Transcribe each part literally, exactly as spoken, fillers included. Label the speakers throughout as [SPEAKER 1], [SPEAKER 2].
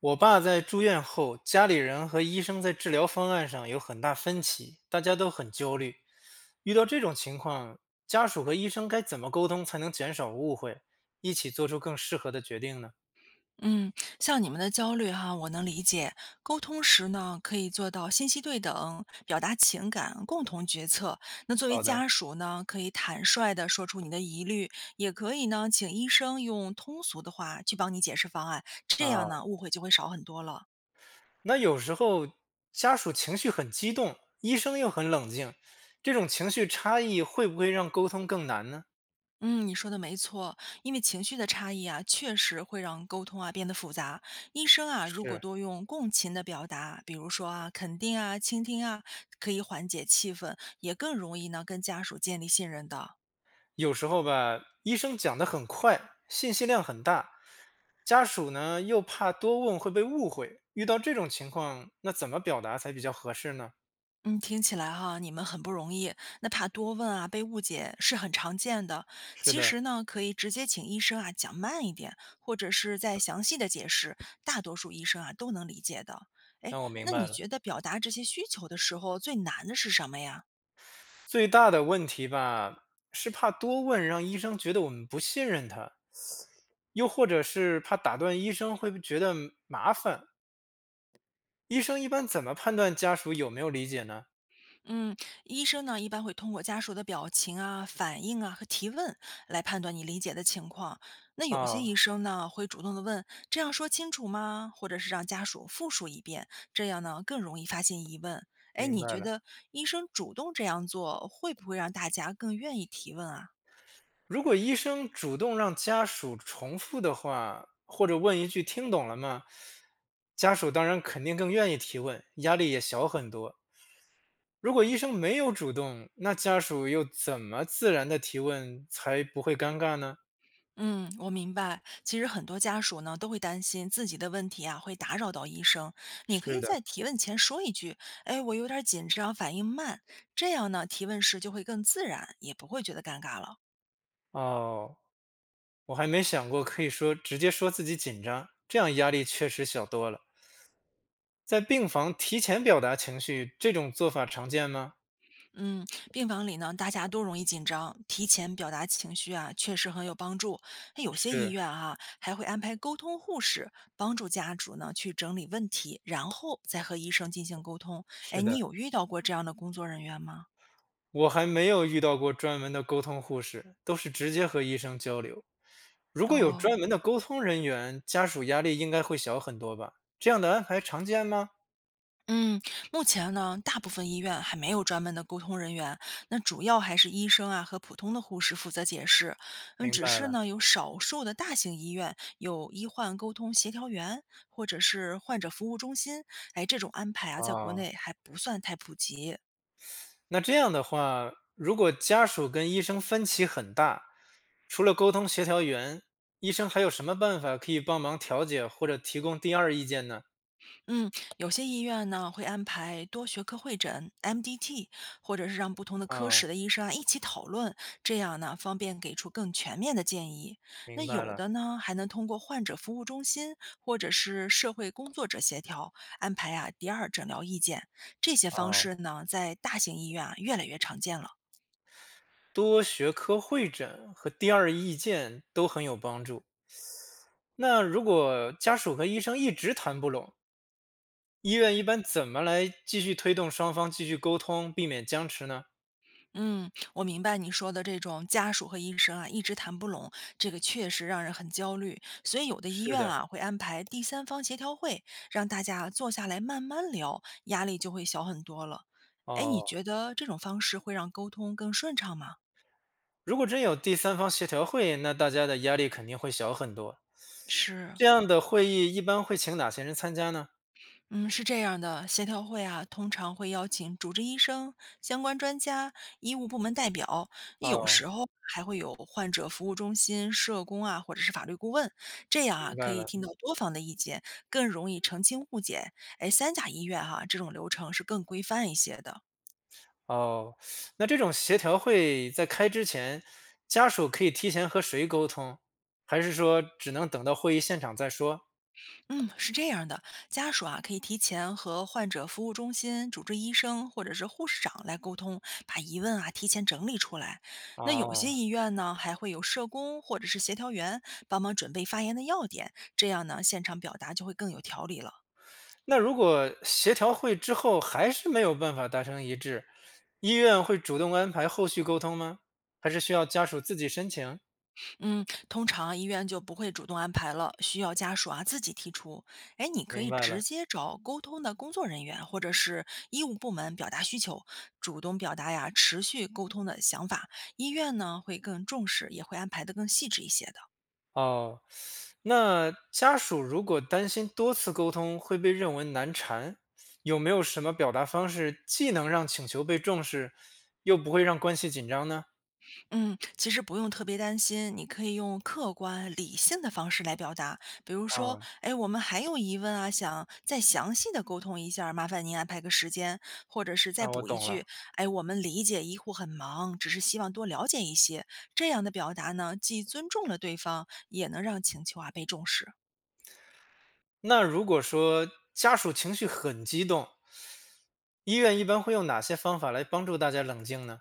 [SPEAKER 1] 我爸在住院后，家里人和医生在治疗方案上有很大分歧，大家都很焦虑。遇到这种情况，家属和医生该怎么沟通才能减少误会，一起做出更适合的决定呢？
[SPEAKER 2] 嗯，像你们的焦虑哈，我能理解。沟通时呢，可以做到信息对等，表达情感，共同决策。那作为
[SPEAKER 1] 好的
[SPEAKER 2] 家属呢，可以坦率的说出你的疑虑，也可以呢，请医生用通俗的话去帮你解释方案，这样
[SPEAKER 1] 啊，
[SPEAKER 2] 呢，误会就会少很多了。
[SPEAKER 1] 那有时候家属情绪很激动，医生又很冷静，这种情绪差异会不会让沟通更难呢？
[SPEAKER 2] 嗯，你说的没错，因为情绪的差异啊，确实会让沟通啊变得复杂。医生啊，如果
[SPEAKER 1] 是，
[SPEAKER 2] 多用共情的表达，比如说啊肯定啊、倾听啊，可以缓解气氛，也更容易呢跟家属建立信任的。
[SPEAKER 1] 有时候吧，医生讲得很快，信息量很大，家属呢又怕多问会被误会，遇到这种情况，那怎么表达才比较合适呢？
[SPEAKER 2] 嗯，听起来哈，你们很不容易。那怕多问啊，被误解是很常见的。
[SPEAKER 1] 是
[SPEAKER 2] 其
[SPEAKER 1] 的，
[SPEAKER 2] 实呢，可以直接请医生啊讲慢一点，或者是再详细的解释，大多数医生啊都能理解的。哎，
[SPEAKER 1] 那我明
[SPEAKER 2] 那
[SPEAKER 1] 白
[SPEAKER 2] 你
[SPEAKER 1] 了。
[SPEAKER 2] 觉得表达这些需求的时候最难的是什么呀？
[SPEAKER 1] 最大的问题吧，是怕多问让医生觉得我们不信任他，又或者是怕打断医生会觉得麻烦。医生一般怎么判断家属有没有理解呢？
[SPEAKER 2] 嗯，医生呢一般会通过家属的表情啊、反应啊和提问来判断你理解的情况。那有些医
[SPEAKER 1] 啊、
[SPEAKER 2] 生呢会主动的问：“这样说清楚吗？”或者是让家属复述一遍，这样呢更容易发现疑问。哎，
[SPEAKER 1] 明
[SPEAKER 2] 你
[SPEAKER 1] 白
[SPEAKER 2] 觉
[SPEAKER 1] 了。
[SPEAKER 2] 得医生主动这样做会不会让大家更愿意提问啊？
[SPEAKER 1] 如果医生主动让家属重复的话，或者问一句"听懂了吗"，家属当然肯定更愿意提问，压力也小很多。如果医生没有主动，那家属又怎么自然的提问才不会尴尬呢？
[SPEAKER 2] 嗯，我明白。其实很多家属呢都会担心自己的问题啊会打扰到医生。你可
[SPEAKER 1] 是
[SPEAKER 2] 以
[SPEAKER 1] 的，
[SPEAKER 2] 在提问前说一句：“哎，我有点儿紧张，反应慢。”这样呢，提问时就会更自然，也不会觉得尴尬了。
[SPEAKER 1] 哦，我还没想过可以说直接说自己紧张，这样压力确实小多了。在病房提前表达情绪，这种做法常见吗？
[SPEAKER 2] 嗯，病房里呢，大家都容易紧张，提前表达情绪啊，确实很有帮助。哎有些医
[SPEAKER 1] 是
[SPEAKER 2] 院啊还会安排沟通护士帮助家属呢去整理问题，然后再和医生进行沟通。哎，
[SPEAKER 1] 是
[SPEAKER 2] 你
[SPEAKER 1] 的。
[SPEAKER 2] 有遇到过这样的工作人员吗？
[SPEAKER 1] 我还没有遇到过专门的沟通护士，都是直接和医生交流。如果有
[SPEAKER 2] 哦，
[SPEAKER 1] 专门的沟通人员，家属压力应该会小很多吧？这样的安排常见吗？
[SPEAKER 2] 嗯，目前呢，大部分医院还没有专门的沟通人员，那主要还是医生啊和普通的护士负责解释。嗯，
[SPEAKER 1] 明
[SPEAKER 2] 只
[SPEAKER 1] 白
[SPEAKER 2] 是
[SPEAKER 1] 了
[SPEAKER 2] 呢，有少数的大型医院有医患沟通协调员或者是患者服务中心，哎，这种安排啊，在国
[SPEAKER 1] 啊，
[SPEAKER 2] 内还不算太普及。
[SPEAKER 1] 那这样的话，如果家属跟医生分歧很大，除了沟通协调员，医生还有什么办法可以帮忙调解或者提供第二意见呢？
[SPEAKER 2] 嗯，有些医院呢会安排多学科会诊 （M D T），或者是让不同的科室
[SPEAKER 1] 哦，
[SPEAKER 2] 的医生啊一起讨论，这样呢方便给出更全面的建议。那
[SPEAKER 1] 明白
[SPEAKER 2] 有
[SPEAKER 1] 了。
[SPEAKER 2] 的呢还能通过患者服务中心或者是社会工作者协调安排啊第二诊疗意见。这些方
[SPEAKER 1] 哦，
[SPEAKER 2] 式呢在大型医院啊越来越常见了。
[SPEAKER 1] 多学科会诊和第二意见都很有帮助。那如果家属和医生一直谈不拢，医院一般怎么来继续推动双方继续沟通，避免僵持呢？
[SPEAKER 2] 嗯，我明白你说的这种家属和医生啊，一直谈不拢，这个确实让人很焦虑。所以有的医
[SPEAKER 1] 是
[SPEAKER 2] 院
[SPEAKER 1] 的，
[SPEAKER 2] 啊会安排第三方协调会，让大家坐下来慢慢聊，压力就会小很多了。哎，你
[SPEAKER 1] 哦，
[SPEAKER 2] 觉得这种方式会让沟通更顺畅吗？
[SPEAKER 1] 如果真有第三方协调会，那大家的压力肯定会小很多。
[SPEAKER 2] 是，
[SPEAKER 1] 这样的会议一般会请哪些人参加呢？
[SPEAKER 2] 嗯，是这样的，协调会啊，通常会邀请主治医生、相关专家、医务部门代表，有时
[SPEAKER 1] 哦，
[SPEAKER 2] 候还会有患者服务中心、社工啊，或者是法律顾问，这样啊，
[SPEAKER 1] 明
[SPEAKER 2] 可
[SPEAKER 1] 白
[SPEAKER 2] 以
[SPEAKER 1] 了。
[SPEAKER 2] 听到多方的意见，更容易澄清误解。哎，三甲医院哈、这种流程是更规范一些的。
[SPEAKER 1] 哦，那这种协调会在开之前，家属可以提前和谁沟通，还是说只能等到会议现场再说？
[SPEAKER 2] 嗯，是这样的，家属啊可以提前和患者服务中心主治医生或者是护士长来沟通，把疑问啊提前整理出来。那有些
[SPEAKER 1] 啊、
[SPEAKER 2] 医院呢还会有社工或者是协调员帮忙准备发言的要点，这样呢现场表达就会更有条理了。
[SPEAKER 1] 那如果协调会之后还是没有办法达成一致，医院会主动安排后续沟通吗？还是需要家属自己申请？
[SPEAKER 2] 嗯，通常医院就不会主动安排了，需要家属啊自己提出。哎，你可
[SPEAKER 1] 明
[SPEAKER 2] 以
[SPEAKER 1] 白
[SPEAKER 2] 直
[SPEAKER 1] 了。
[SPEAKER 2] 接找沟通的工作人员或者是医务部门表达需求，主动表达呀持续沟通的想法。医院呢会更重视，也会安排的更细致一些的。
[SPEAKER 1] 哦，那家属如果担心多次沟通会被认为难缠，有没有什么表达方式既能让请求被重视，又不会让关系紧张呢？
[SPEAKER 2] 嗯，其实不用特别担心，你可以用客观理性的方式来表达，比如说，
[SPEAKER 1] 啊、
[SPEAKER 2] 哎，我们还有疑问啊，想再详细的沟通一下儿麻烦您安排个时间，或者是再
[SPEAKER 1] 那我
[SPEAKER 2] 补一
[SPEAKER 1] 懂了。
[SPEAKER 2] 句，哎，我们理解医护很忙，只是希望多了解一些。这样的表达呢，既尊重了对方，也能让请求啊被重视。
[SPEAKER 1] 那如果说家属情绪很激动，医院一般会用哪些方法来帮助大家冷静呢？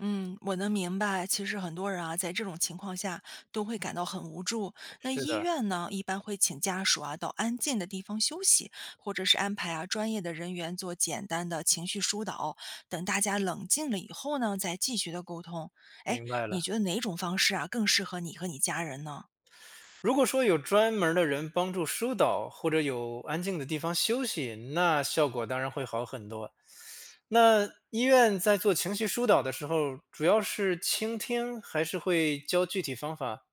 [SPEAKER 2] 嗯，我能明白。其实很多人啊，在这种情况下都会感到很无助。那
[SPEAKER 1] 是
[SPEAKER 2] 医
[SPEAKER 1] 的，
[SPEAKER 2] 院呢，一般会请家属啊到安静的地方休息，或者是安排啊专业的人员做简单的情绪疏导。等大家冷静了以后呢，再继续的沟通。哎，
[SPEAKER 1] 明白
[SPEAKER 2] 你
[SPEAKER 1] 了。
[SPEAKER 2] 觉得哪种方式啊更适合你和你家人呢？
[SPEAKER 1] 如果说有专门儿的人帮助疏导，或者有安静的地方休息，那效果当然会好很多。那医院在做情绪疏导的时候，主要是倾听，还是会教具体方法？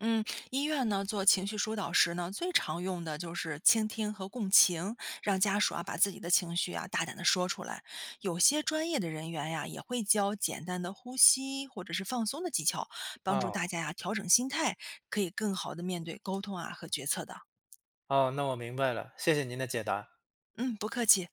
[SPEAKER 2] 嗯，医院呢做情绪疏导时呢，最常用的就是倾听和共情，让家属啊把自己的情绪啊大胆的说出来。有些专业的人员呀，也会教简单的呼吸或者是放松的技巧，帮助
[SPEAKER 1] 哦，
[SPEAKER 2] 大家呀调整心态，可以更好的面对沟通啊和决策的。
[SPEAKER 1] 哦，那我明白了，谢谢您的解答。
[SPEAKER 2] 嗯，不客气。